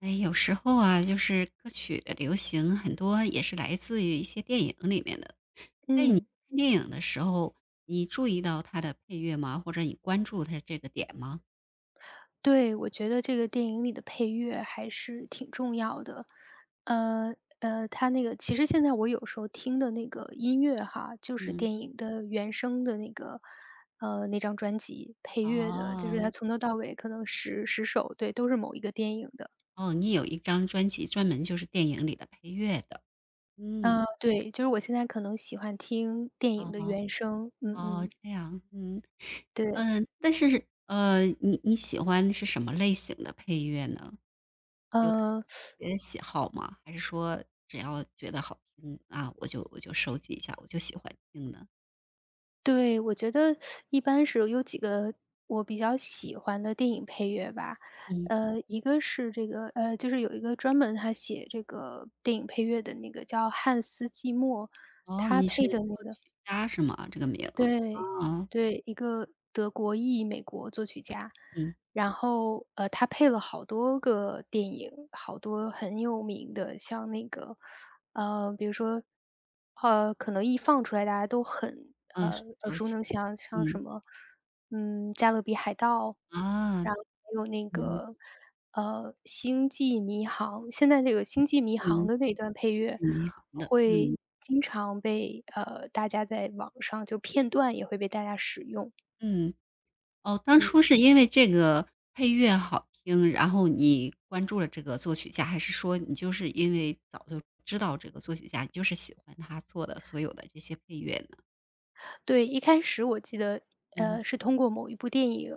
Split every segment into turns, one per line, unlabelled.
哎，有时候啊，就是歌曲的流行，很多也是来自于一些电影里面的。在你
嗯，
看电影的时候，你注意到它的配乐吗？或者你关注它这个点吗？
对，我觉得这个电影里的配乐还是挺重要的。呃它那个其实现在我有时候听的那个音乐哈，就是
嗯，
电影的原声的那张专辑配乐的，就是
哦，
它从头到尾可能十首，对，都是某一个电影的。
哦，你有一张专辑专门就是电影里的配乐的。嗯，
嗯，对，就是我现在可能喜欢听电影的
哦，
原声。嗯
哦，
嗯，
这样，嗯，
对，
嗯，但是，你喜欢是什么类型的配乐呢？有特
呃，
别的喜好吗？还是说只要觉得好听啊，我就收集一下，我就喜欢听呢？
对，我觉得一般是有几个我比较喜欢的电影配乐吧。
嗯，
一个是这个，就是有一个专门他写这个电影配乐的那个叫汉斯季默。
哦，
他
你是
配的那
作
个
曲家是吗？这个名，
对，
哦，
对，一个德国裔美国作曲家。
嗯，
然后，他配了好多个电影，好多很有名的，像那个，比如说，可能一放出来大家都很，
嗯，是
耳
周
熟
熹，
能详，像什
嗯，
么，《加勒比海盗》，
啊，
然后还有那
嗯，
个，《星际迷航》。现在这个《星际迷航》
嗯，
的那段配乐
你好的，
会
嗯，
经常被，大家在网上就片段也会被大家使用。
嗯，哦，当初是因为这个配乐好听，然后你关注了这个作曲家，还是说你就是因为早就知道这个作曲家，你就是喜欢他做的所有的这些配乐呢？
对，一开始我记得，
嗯
是通过某一部电影，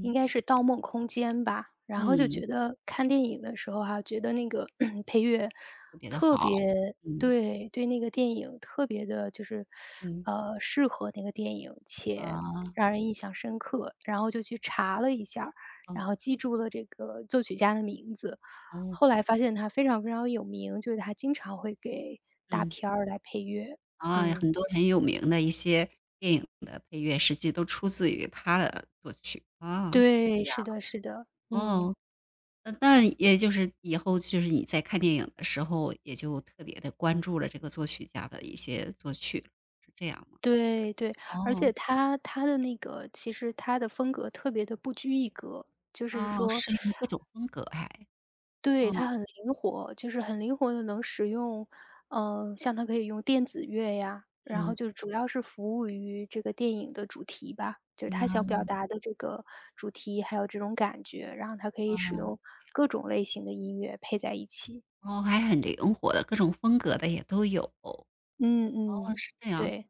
应该是《盗梦空间》吧，然后就
嗯，
觉得看电影的时候哈、觉得那个 配乐
特别的
特
好，
别
嗯，
对那个电影特别的，就是
嗯，
适合那个电影，且
啊，
让人印象深刻。然后就去查了一下儿，
哦，
然后记住了这个作曲家的名字。
哦，
后来发现他非常非常有名，就是他经常会给大
嗯，
片儿来配乐。
啊，
嗯，
很多很有名的一些电影的配乐，实际都出自于他的作曲，啊，
对，
对呀，
是的是的。嗯，
哦，那也就是以后就是你在看电影的时候，也就特别的关注了这个作曲家的一些作曲了，是这样吗？
对对，而且
哦，
他的那个其实他的风格特别的不拘一格。就是
哦，
说
适应各种风格还，
对，
哦，
他很灵活，就是很灵活的能使用。像他可以用电子乐呀，然后
嗯，
就主要是服务于这个电影的主题吧，就是
嗯啊，
他想表达的这个主题，还有这种感觉，然后他可以使
啊，
用各种类型的音乐配在一起。
哦，还很灵活的，各种风格的也都有，哦，
嗯嗯，
是这样。
对，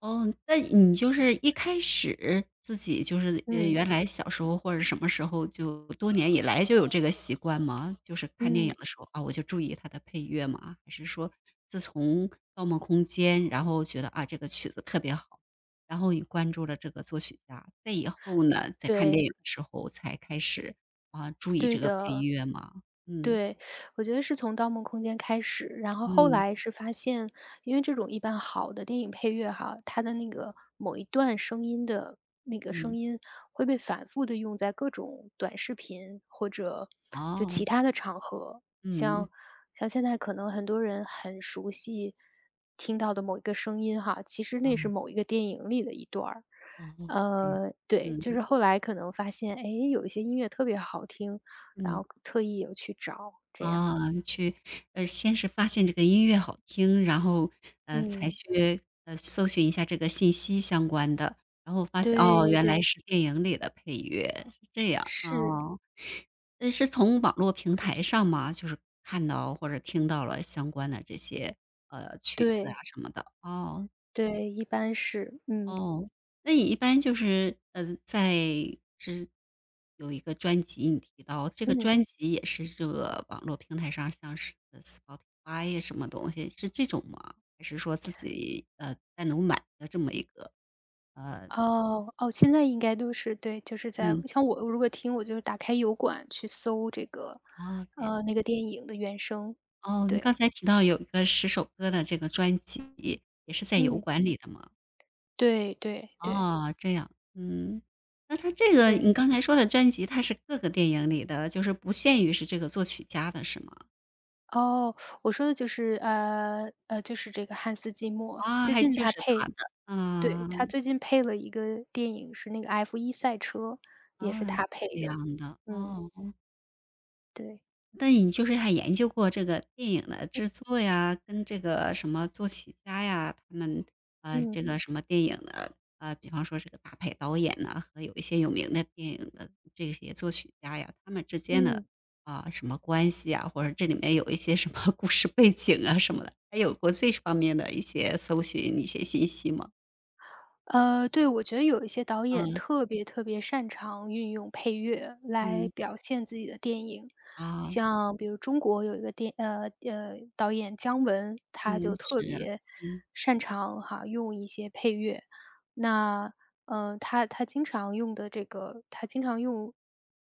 哦，那你就是一开始自己就是，
嗯
原来小时候或者什么时候就多年以来就有这个习惯吗？就是看电影
嗯，
的时候，啊，我就注意它的配乐吗？还是说自从《盗梦空间》，然后觉得，啊，这个曲子特别好，然后你关注了这个作曲家，在以后呢，在看电影
对，
的时候才开始，啊，注意这
对
个配
的。
乐吗？嗯，
对，我觉得是从《盗梦空间》开始，然后后
嗯，
来是发现，因为这种一般好的电影配乐哈，它的那个某一段声音的那个声
嗯，
音会被反复的用在各种短视频或者就其
哦，
他的场合，
嗯，
像像现在可能很多人很熟悉听到的某一个声音哈，其实
啊，
那是某一个电影里的一段儿。
哦，这样，
对，就
嗯，
是后来可能发现，哎，有一些音乐特别好听，然
嗯。
后特意有去找这样。
啊，去先是发现这个音乐好听，然后，才
嗯，
去，搜寻一下这个信息相关的，然后发现，哦，
对
原来
对，
是电影里的配乐，是这样，
是，
哦。是从网络平台上吗？就是看到或者听到了相关的这些，曲子啊
对
什么的，哦。
对，一般是，嗯
哦，那你一般就是，在是有一个专辑你提到，这个
嗯，
专辑也是这个网络平台上，像是Spotify 呀什么东西，是这种吗？还是说自己，单独买的这么一个，呃
哦哦，现在应该都是对，就是在
嗯，
像我如果听，我就是打开油管去搜这个，
哦，这样。
那个电影的原声。
哦，你刚
对，
才提到有一个10首歌的这个专辑，也是在油
嗯，
管里的吗？
对对对
哦，这样，嗯。那他这个
对，
你刚才说的专辑，它是各个电影里的，就是不限于是这个作曲家的是吗？
哦，我说的就是就是这个汉斯季默，
啊，
最
还
近
就是他的，
对，
嗯，
他最近配了一个电影，是那个 F1赛车，也是
啊，
他配
这
的。
样的，
嗯，
哦，
对，
那你就是还研究过这个电影的制作呀，跟这个什么作曲家呀，他们，
嗯，
这个什么电影的，比方说这个大牌导演呐，和有一些有名的电影的这些作曲家呀，他们之间的，
嗯。
啊，什么关系啊，或者这里面有一些什么 故事背景啊什么的，还有过这方面的一些搜寻一些信息吗？
对，我觉得有一些导演
嗯，
特别特别擅长运用配乐来
嗯，
表现自己的电影，
啊，
像比如中国有一个导演姜文，他
嗯，
就特
是啊，
别
嗯。
擅长哈用一些配乐。那他经常用的这个，他经常用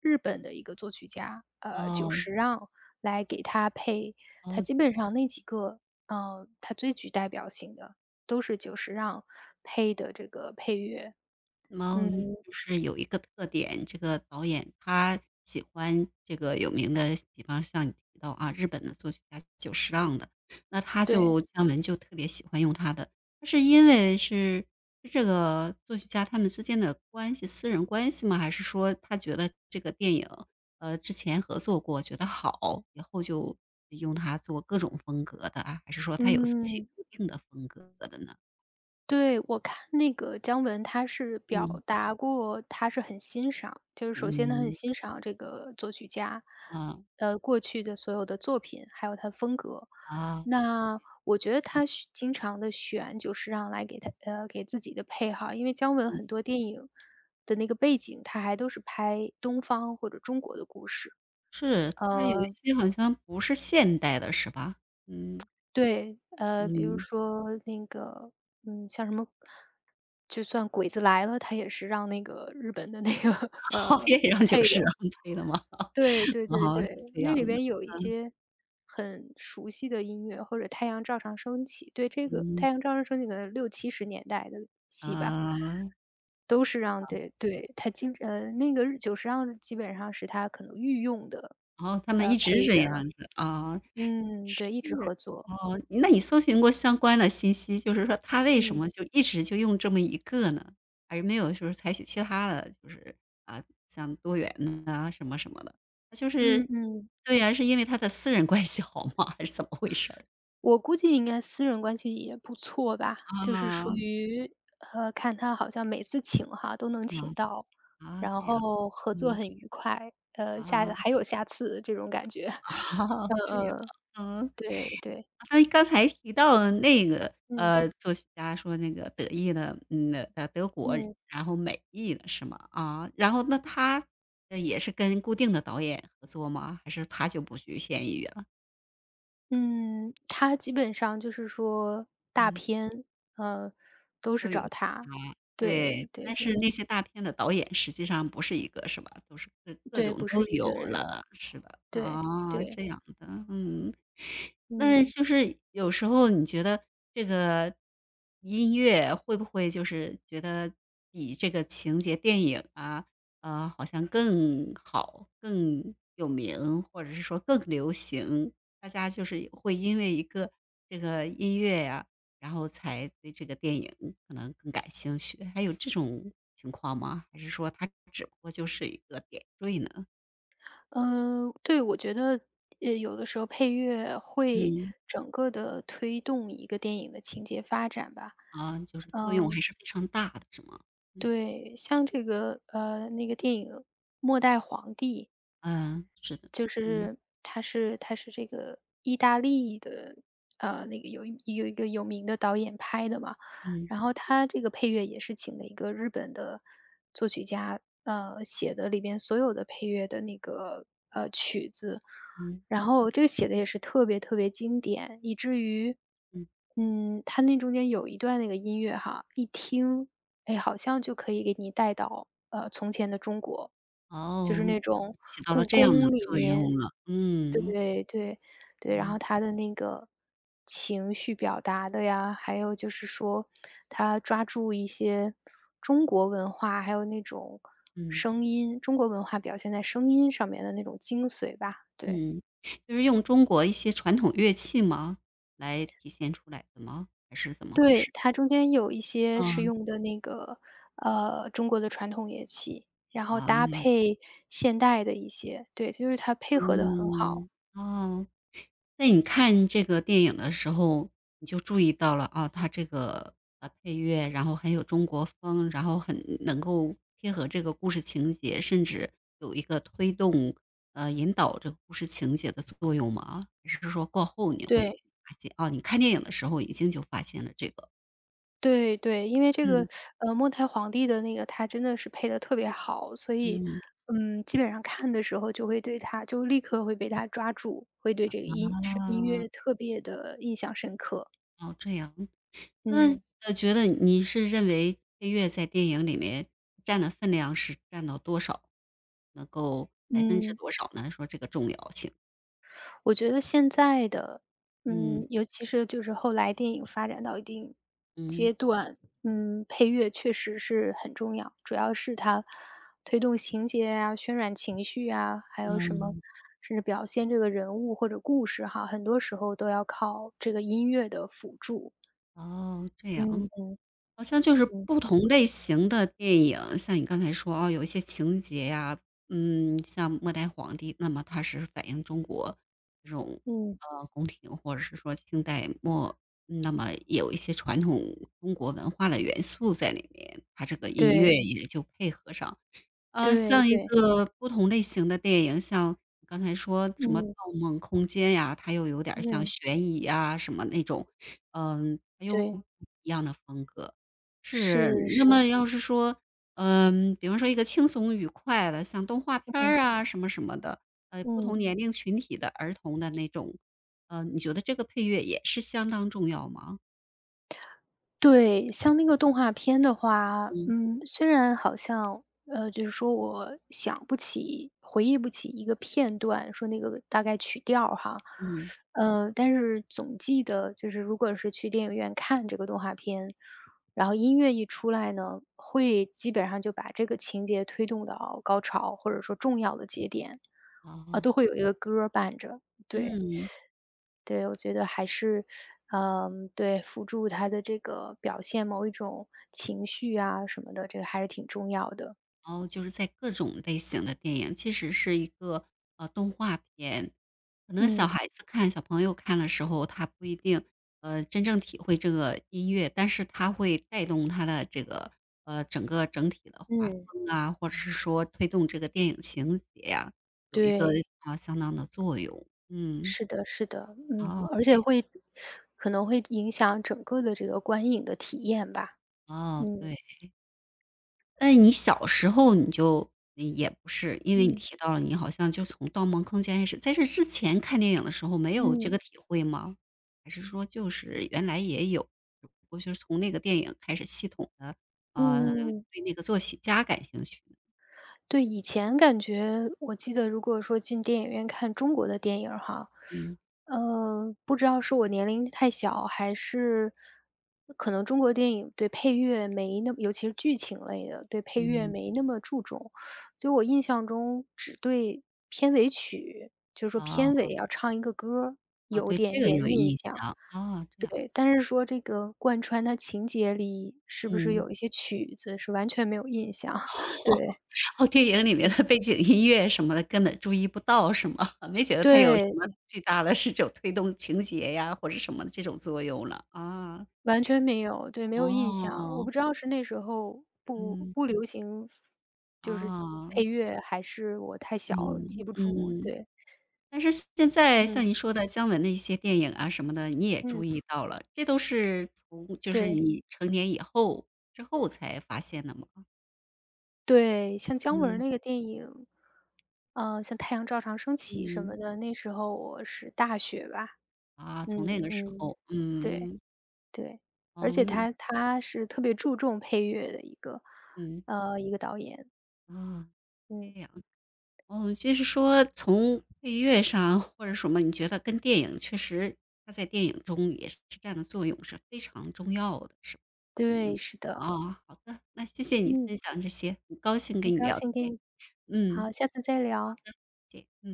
日本的一个作曲家久
哦，
石让来给他配。他
哦，
基本上那几个他最具代表性的。都是久石让配的这个配乐。
猫
嗯，
就是有一个特点，这个导演他喜欢这个有名的，比方像你提到啊，日本的作曲家久石让的，那他就
对，
姜文就特别喜欢用他的。他是因为是这个作曲家他们之间的关系，私人关系吗？还是说他觉得这个电影，之前合作过，觉得好，以后就用它做各种风格的啊？还是说他有自己
嗯，
固定的风格的呢？
对，我看那个姜文他是
嗯
表达过，他是很欣赏，就是首先他很
嗯，
欣赏这个作曲家，
啊。
过去的所有的作品，还有他风格。
啊，
那我觉得
嗯
他是经常的选久石让来给自己的配哈，因为姜文
嗯，
很多电影的那个背景，他还都是拍东方或者中国的故事。
是，它有一
呃
些好像不是现代的是吧？嗯，
对，比如
嗯，
说那个，像什么，就算《鬼子来了》，它也是让那个日本的那个
哦，
呃，
也让酒
配
是
的。
安徽的吗？
对 对对
哦，
对，
是这
那
样
里
的，
边有一些很熟悉的音乐，或者《太阳照常升起》。对，这个
嗯，
《太阳照常升起》的六七十年代的戏吧。
啊，
都是让对对，那个日久石让基本上是他可能御用的，
哦，他们一直
配
这
乐了。
样子，啊，
嗯，
是，
对，一直合作。
哦，那你搜寻过相关的信息，就是说他为什
嗯，
么就一直就用这么一个呢？还是没有就是采取其他的，就是啊，像多元啊什么什么的，就
嗯
是
嗯。
对呀，是因为他的私人关系好吗？还是怎么回事儿？
我估计应该私人关系也不错吧，就是属
啊，
嗯于，看他好像每次请哈，都能请
啊，
到，
啊，
然
这样，
后合作
嗯，
很愉快，
啊
还有下次这种感觉。
哦，
嗯
这样，
嗯，
嗯。
对对，
那刚才提到了那个，
嗯
作曲家说那个德意的，嗯，德国，
嗯
然后美意的是吗？啊，然后那他，也是跟固定的导演合作吗？还是他就不局限于了？
嗯，他基本上就是说大
嗯。
片，呃，都是
都有
找他。
啊，对，
对对
但是
对，
那些大片的导演实际上不是一个是吧？都是各各
对，
种
不
都
是一
有
个人，
了，是吧？
对
啊，
对，
这样的，嗯。
嗯。
那就是有时候你觉得这个音乐会不会就是觉得比这个情节电影啊，好像更好、更有名，或者是说更流行，大家就是会因为一个这个音乐呀然后才对这个电影可能更感兴趣，还有这种情况吗？还是说它只不过就是一个点缀呢？
嗯，对，我觉得，有的时候配乐会
嗯。
整个的推动一个电影的情节发展吧。
啊，就是作用
嗯，
还是非常大的是吗？嗯，
对，像这个，那个电影《末代皇帝》，
嗯，是的，
就
嗯，
是他是这个意大利的，那个有一个有名的导演拍的嘛，
嗯，
然后他这个配乐也是请的一个日本的作曲家，写的里边所有的配乐的那个曲子，
嗯，
然后这个写的也是特别特别经典，以至于，
嗯，
嗯，他那中间有一段那个音乐哈，一听，哎，好像就可以给你带到，从前的中国，就
哦，
是那种
起到了
故
这样的
宫里
作
面。
用了，嗯，
对对对，然
哦，
后他的那个情绪表达的呀，还有就是说他抓住一些中国文化，还有那种
嗯，
声音，中国文化表现在声音上面的那种精髓吧，对。
嗯，就是用中国一些传统乐器吗？来体现出来的吗？还是怎么回
对，
事？
它中间有一些是
嗯，
用的那个，中国的传统乐器，然后
啊，
搭配现代的一些，对，就是它配合的很好。
嗯，哦。在你看这个电影的时候，你就注意到了啊，它这个配乐，然后很有中国风，然后很能够贴合这个故事情节，甚至有一个推动引导这个故事情节的作用吗？还是说过后你会
对，
发现哦，你看电影的时候已经就发现了这个？
对对，因为这个，
嗯。
末代皇帝的那个它真的是配的特别好，所以，
嗯
嗯，基本上看的时候就会对它就立刻会被它抓住，会对这个音是音
啊，
乐特别的印象深刻。
哦这样，那
嗯，
觉得你是认为配乐在电影里面占的分量是占到多少？能够百分之
嗯。
多少呢？说这个重要性。
我觉得现在的，
嗯
嗯，尤其是就是后来电影发展到一定
嗯
阶段，嗯，配乐确实是很重要，主要是它推动情节啊、渲染情绪啊，还有什么
嗯，
甚至表现这个人物或者故事哈，很多时候都要靠这个音乐的辅助。
哦，这样，
嗯
嗯
嗯
好像就是
嗯
不同类型的电影，像你刚才说，哦，有一些情节呀，嗯，像《末代皇帝》，那么它是反映中国这种，
嗯，
宫廷或者是说清代末，那么有一些传统中国文化的元素在里面，它这个音乐
对
也就配合上。
对
像一
对，
个不同类型的电影，像你刚才说什么《盗
嗯
梦空间》呀，它又有点儿像
嗯，
悬疑啊什么那种，嗯，它又
对，
不一样的风格。是，
是
那
是，
么要是说，嗯，比方说一个轻松愉快的，像动画片
嗯
儿啊什么什么的，不
嗯。
同年龄群体的儿童的那种，你觉得这个配乐也是相当重要吗？
对，像那个动画片的话，
嗯
嗯，虽然好像，就是说我想不起、回忆不起一个片段，说那个大概曲调儿哈。
嗯，
但是总记得就是如果是去电影院看这个动画片，然后音乐一出来呢，会基本上就把这个情节推动到高潮，或者说重要的节点，啊，
哦，
都会有一个歌儿伴着，对。
嗯。
对，我觉得还是，嗯，对，辅助他的这个表现某一种情绪啊什么的，这个还是挺重要的。
哦，就是在各种类型的电影，其实是一个，动画片，可能小
嗯。
孩子看、小朋友看的时候，他不一定，真正体会这个音乐，但是它会带动他的这个，整个整体的画
嗯。
风啊，或者是说推动这个电影情节呀，有一个，
对，
啊，相当的作用。嗯，
是的是的，嗯，
哦，
而
这
且
样
会可能会影响整个的这个观影的体验吧。
哦，
嗯。
对。哎，你小时候你就也不是，因为你
嗯，
提到了你好像就从《盗梦空间》开始，在这之前看电影的时候没有这
嗯，
个体会吗？还是说就是原来也有，只不过就是从那个电影开始系统的
嗯嗯嗯嗯，
对那个作曲家感兴趣？
对，以前感觉我记得如果说进电影院看中国的电影儿哈，
嗯，
不知道是我年龄太小，还是可能中国电影对配乐没那么尤其是剧情类的，对配乐
嗯，
没那么注重。就我印象中只对片尾曲，就是说片
哦，
尾要唱一个歌儿，
哦，
有
对这
点
个
点
有
印
印
象。
象，哦，这样，
对，但是说这个贯穿它情节里是不是
嗯。
有一些曲子是完全没有印象，对。
哦，电影里面的背景音乐什么的根本注意不到是吗？没觉得它有什么
对。
巨大的是这种推动情节呀，或者什么的这种作用了，啊，
完全没有，对，没有印象。我
哦，
不知道是那时候不
嗯，
不流行，就是
啊，
配乐，还是我太小
嗯，
记不住。
嗯。
对，
但是现在像
嗯
你说的姜文的一些电影啊什么的，你也注
嗯，
意到了，这都是从就是
对
你成年以后之后才发现的吗？
对，像姜文儿
嗯，
那个电影，像《太阳照常升起》什
嗯，
么的，那时候我是大学吧。
啊，
嗯
从那个时
嗯，
候，
对
嗯，
对，而
哦，
且
嗯，
他是特别注重配乐的一个
嗯
呃一个导演。
啊，这
嗯，
样。哦，就是说从配乐上或者什么，你觉得跟电影确实它在电影中也是这样的作用是非常重要的，是吧？
对，
嗯，
是的，
哦，好的，那谢谢你
嗯，
分享这些，很高兴跟
很
你
高
聊
兴跟
天。
你，
嗯，
好，下次再聊。
谢谢，嗯。